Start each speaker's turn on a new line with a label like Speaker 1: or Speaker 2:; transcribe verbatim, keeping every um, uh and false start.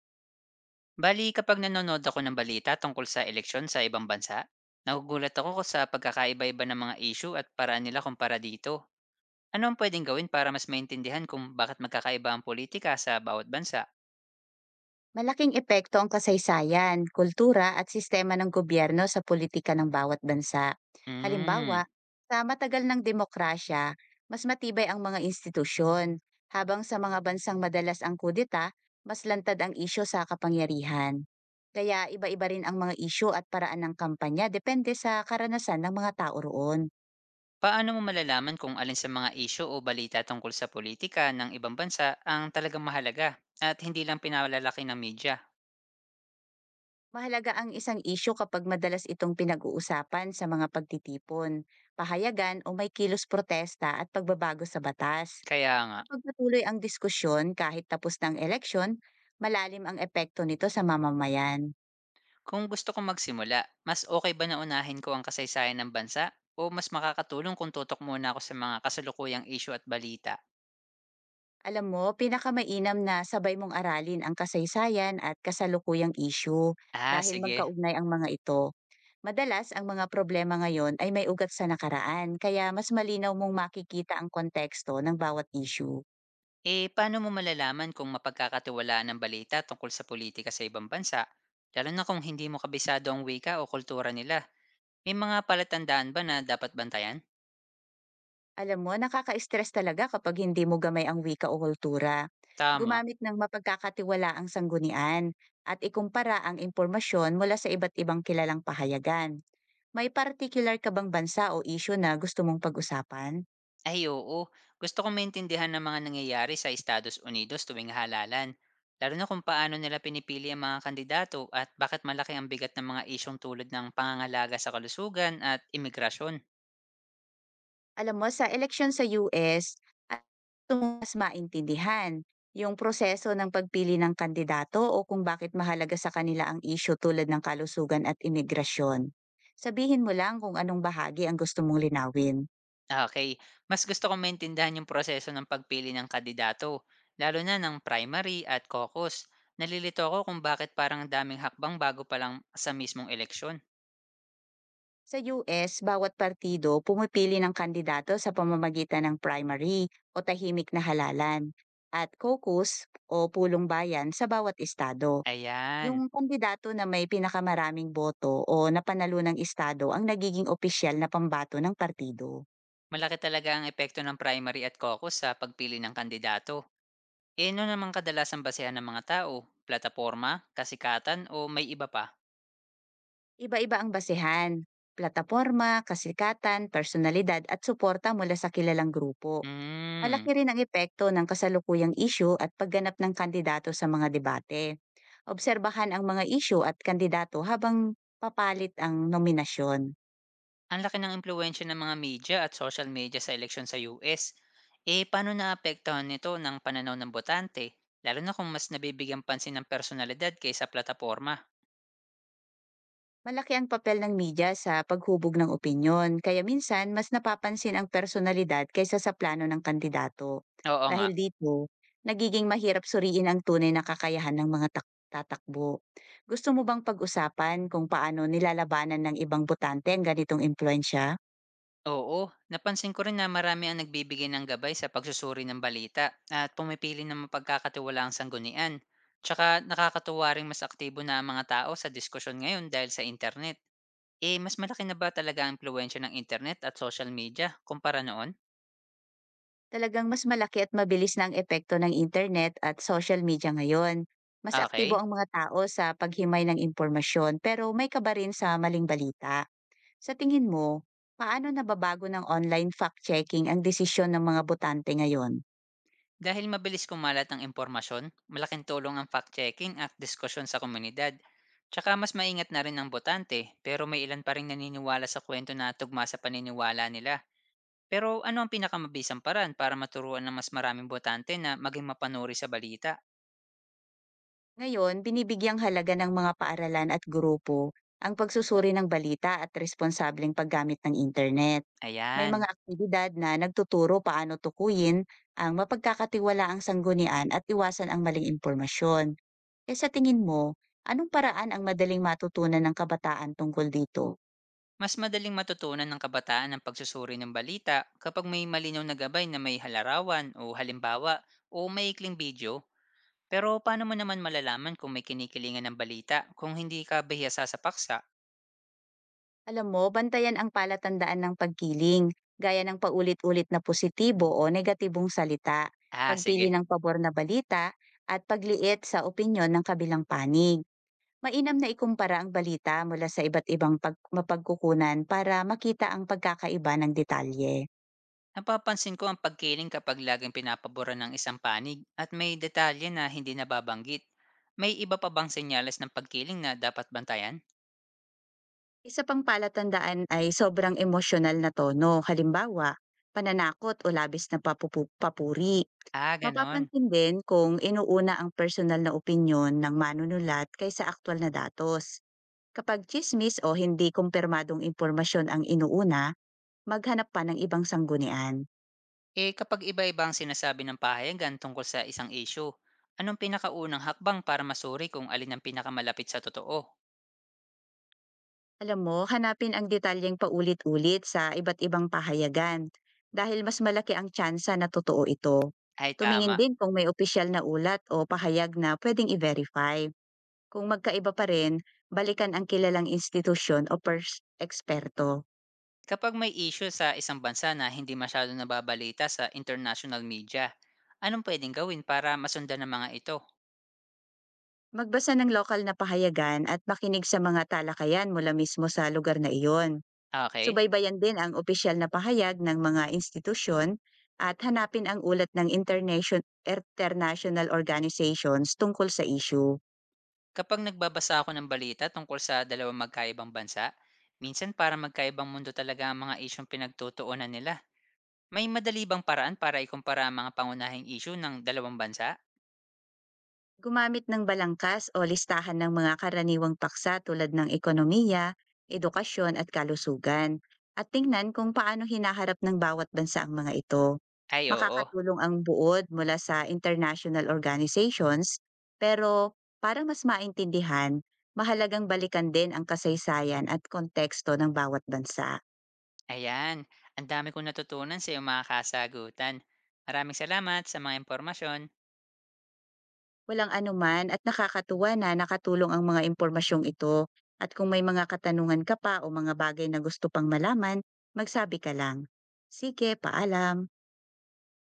Speaker 1: Bali, kapag nanonood ako ng balita tungkol sa eleksyon sa ibang bansa, nagugulat ako sa pagkakaiba-iba ng mga issue at paraan nila kumpara dito. Ano ang pwedeng gawin para mas maintindihan kung bakit magkakaiba ang politika sa bawat bansa?
Speaker 2: Malaking epekto ang kasaysayan, kultura at sistema ng gobyerno sa politika ng bawat bansa. Halimbawa,
Speaker 1: Hmm.
Speaker 2: sa matagal ng demokrasya, mas matibay ang mga institusyon, habang sa mga bansang madalas ang kudeta, mas lantad ang isyo sa kapangyarihan. Kaya iba-iba rin ang mga isyo at paraan ng kampanya depende sa karanasan ng mga tao roon.
Speaker 1: Paano mo malalaman kung alin sa mga issue o balita tungkol sa politika ng ibang bansa ang talagang mahalaga at hindi lang pinalalaki ng media?
Speaker 2: Mahalaga ang isang isyu kapag madalas itong pinag-uusapan sa mga pagtitipon, pahayagan o may kilos protesta at pagbabago sa batas.
Speaker 1: Kaya nga.
Speaker 2: Kapag patuloy ang diskusyon kahit tapos ng eleksyon, malalim ang epekto nito sa mamamayan.
Speaker 1: Kung gusto kong magsimula, mas okay ba na unahin ko ang kasaysayan ng bansa? O mas makakatulong kung tutok muna ako sa mga kasalukuyang issue at balita?
Speaker 2: Alam mo, pinakamainam na sabay mong aralin ang kasaysayan at kasalukuyang isyu
Speaker 1: Ah,
Speaker 2: dahil
Speaker 1: sige.
Speaker 2: magkaugnay ang mga ito. Madalas ang mga problema ngayon ay may ugat sa nakaraan kaya mas malinaw mong makikita ang konteksto ng bawat issue.
Speaker 1: Eh, paano mo malalaman kung mapagkakatiwalaan ng balita tungkol sa politika sa ibang bansa? Lalo na kung hindi mo kabisado ang wika o kultura nila. May mga palatandaan ba na dapat bantayan?
Speaker 2: Alam mo, nakaka-stress talaga kapag hindi mo gamay ang wika o kultura.
Speaker 1: Tama.
Speaker 2: Gumamit ng mapagkakatiwalaang sanggunian at ikumpara ang impormasyon mula sa iba't ibang kilalang pahayagan. May particular ka bang bansa o issue na gusto mong pag-usapan?
Speaker 1: Ay, oo, gusto kong maintindihan ng mga nangyayari sa Estados Unidos tuwing halalan, lalo na kung paano nila pinipili ang mga kandidato at bakit malaki ang bigat ng mga isyung tulad ng pangangalaga sa kalusugan at imigrasyon.
Speaker 2: Alam mo, sa eleksyon sa U S, at gusto mong mas maintindihan yung proseso ng pagpili ng kandidato o kung bakit mahalaga sa kanila ang issue tulad ng kalusugan at imigrasyon. Sabihin mo lang kung anong bahagi ang gusto mong linawin.
Speaker 1: Okay, mas gusto kong maintindihan yung proseso ng pagpili ng kandidato, lalo na ng primary at caucus. Nalilito ako kung bakit parang daming hakbang bago pa lang sa mismong eleksyon.
Speaker 2: Sa U S, bawat partido pumipili ng kandidato sa pamamagitan ng primary o tahimik na halalan at caucus o pulong bayan sa bawat estado.
Speaker 1: Ayan,
Speaker 2: Yung kandidato na may pinakamaraming boto o napanalo ng estado ang nagiging opisyal na pambato ng partido.
Speaker 1: malaki talaga ang epekto ng primary at caucus sa pagpili ng kandidato. Eh, ano naman kadalasang basehan ng mga tao? Plataporma, kasikatan o may iba pa?
Speaker 2: Iba-iba ang basehan, plataporma, kasikatan, personalidad at suporta mula sa kilalang grupo.
Speaker 1: Hmm,
Speaker 2: Malaki rin ang epekto ng kasalukuyang issue at pagganap ng kandidato sa mga debate. Obserbahan ang mga issue at kandidato habang papalit ang nominasyon.
Speaker 1: ang laki ng impluwensya ng mga media at social media sa eleksyon sa U S. Eh, paano naapektuhan nito ng pananaw ng botante? Lalo na kung mas nabibigyan pansin ng personalidad kaysa plataporma.
Speaker 2: Malaki ang papel ng media sa paghubog ng opinyon, kaya minsan mas napapansin ang personalidad kaysa sa plano ng kandidato.
Speaker 1: Oo nga.
Speaker 2: Dahil dito, nagiging mahirap suriin ang tunay na kakayahan ng mga tak- tatakbo. Gusto mo bang pag-usapan kung paano nilalabanan ng ibang botante ang ganitong impluensya?
Speaker 1: Oo, napansin ko rin na marami ang nagbibigay ng gabay sa pagsusuri ng balita at pumipili ng mapagkakatiwalaang sanggunian. Tsaka nakakatuwa rin mas aktibo na ang mga tao sa diskusyon ngayon dahil sa internet. Eh, mas malaki na ba talaga ang impluwensya ng internet at social media kumpara noon?
Speaker 2: Talagang mas malaki at mabilis na ang epekto ng internet at social media ngayon. Mas aktibo
Speaker 1: Okay?
Speaker 2: ang mga tao sa paghimay ng impormasyon pero may kaba rin sa maling balita. Sa tingin mo, paano nababago ng online fact-checking ang desisyon ng mga botante ngayon?
Speaker 1: Dahil mabilis kumalat ang impormasyon, malaking tulong ang fact-checking at diskusyon sa komunidad. Tsaka mas maingat na rin ang botante, pero may ilan pa ring naniniwala sa kuwento na tugma sa paniniwala nila. Pero ano ang pinakamabisang paraan para maturuan ng mas maraming botante na maging mapanuri sa balita?
Speaker 2: Ngayon, binibigyang halaga ng mga paaralan at grupo ang pagsusuri ng balita at responsableng paggamit ng internet. May mga
Speaker 1: Ayan.
Speaker 2: aktibidad na nagtuturo paano tukuyin ang mapagkakatiwalaang sanggunian at iwasan ang maling impormasyon. E sa tingin mo, anong paraan ang madaling matutunan ng kabataan tungkol dito?
Speaker 1: Mas madaling matutunan ng kabataan ang pagsusuri ng balita kapag may malinaw na gabay na may halarawan o halimbawa o maikling video. Pero paano mo naman malalaman kung may kinikilingan ng balita kung hindi ka bihasa sa paksa?
Speaker 2: Alam mo, bantayan ang palatandaan ng pagkiling, gaya ng paulit-ulit na positibo o negatibong salita,
Speaker 1: Ah,
Speaker 2: pagpili
Speaker 1: sige.
Speaker 2: ng pabor na balita, at pagliit sa opinyon ng kabilang panig. Mainam na ikumpara ang balita mula sa iba't ibang pag- mapagkukunan para makita ang pagkakaiba ng detalye.
Speaker 1: Napapansin ko ang pagkiling kapag laging pinapaboran ng isang panig at may detalye na hindi nababanggit. May iba pa bang senyales ng pagkiling na dapat bantayan?
Speaker 2: Isa pang palatandaan ay sobrang emosyonal na tono, halimbawa, pananakot o labis na papupu papuri.
Speaker 1: Ah, ganon.
Speaker 2: Mapapansin din kung inuuna ang personal na opinyon ng manunulat kaysa aktual na datos. Kapag chismis o hindi kumpirmadong impormasyon ang inuuna, maghanap pa ng ibang sanggunian.
Speaker 1: Eh kapag iba ibang ang sinasabi ng pahayagan tungkol sa isang issue, anong pinakaunang hakbang para masuri kung alin ang pinakamalapit sa totoo?
Speaker 2: Alam mo, hanapin ang detalyeng paulit-ulit sa iba't ibang pahayagan dahil mas malaki ang tsansa na totoo ito.
Speaker 1: Ay,
Speaker 2: Tumingin
Speaker 1: tama.
Speaker 2: din kung may opisyal na ulat o pahayag na pwedeng i-verify. Kung magkaiba pa rin, balikan ang kilalang institusyon o pers- eksperto.
Speaker 1: Kapag may issue sa isang bansa na hindi masyado nababalita sa international media, anong pwedeng gawin para masundan ng mga ito?
Speaker 2: Magbasa ng lokal na pahayagan at makinig sa mga talakayan mula mismo sa lugar na iyon.
Speaker 1: Okay.
Speaker 2: Subaybayan din ang opisyal na pahayag ng mga institusyon at hanapin ang ulat ng internation- international organizations tungkol sa issue.
Speaker 1: Kapag nagbabasa ako ng balita tungkol sa dalawang magkaibang bansa, minsan para magkaibang mundo talaga ang mga isyong pinagtutuunan nila. May madali bang paraan para ikumpara ang mga pangunahing isyu ng dalawang bansa?
Speaker 2: Gumamit ng balangkas o listahan ng mga karaniwang paksa tulad ng ekonomiya, edukasyon at kalusugan at tingnan kung paano hinaharap ng bawat bansa ang mga ito.
Speaker 1: Ay, oo.
Speaker 2: Makakatulong ang buod mula sa international organizations pero para mas maintindihan, mahalagang balikan din ang kasaysayan at konteksto ng bawat bansa.
Speaker 1: Ayan, ang dami kong natutunan sa iyong mga kasagutan. Maraming salamat sa mga impormasyon.
Speaker 2: Walang anuman at nakakatuwa na nakatulong ang mga impormasyong ito. At kung may mga katanungan ka pa o mga bagay na gusto pang malaman, magsabi ka lang. Sige, paalam.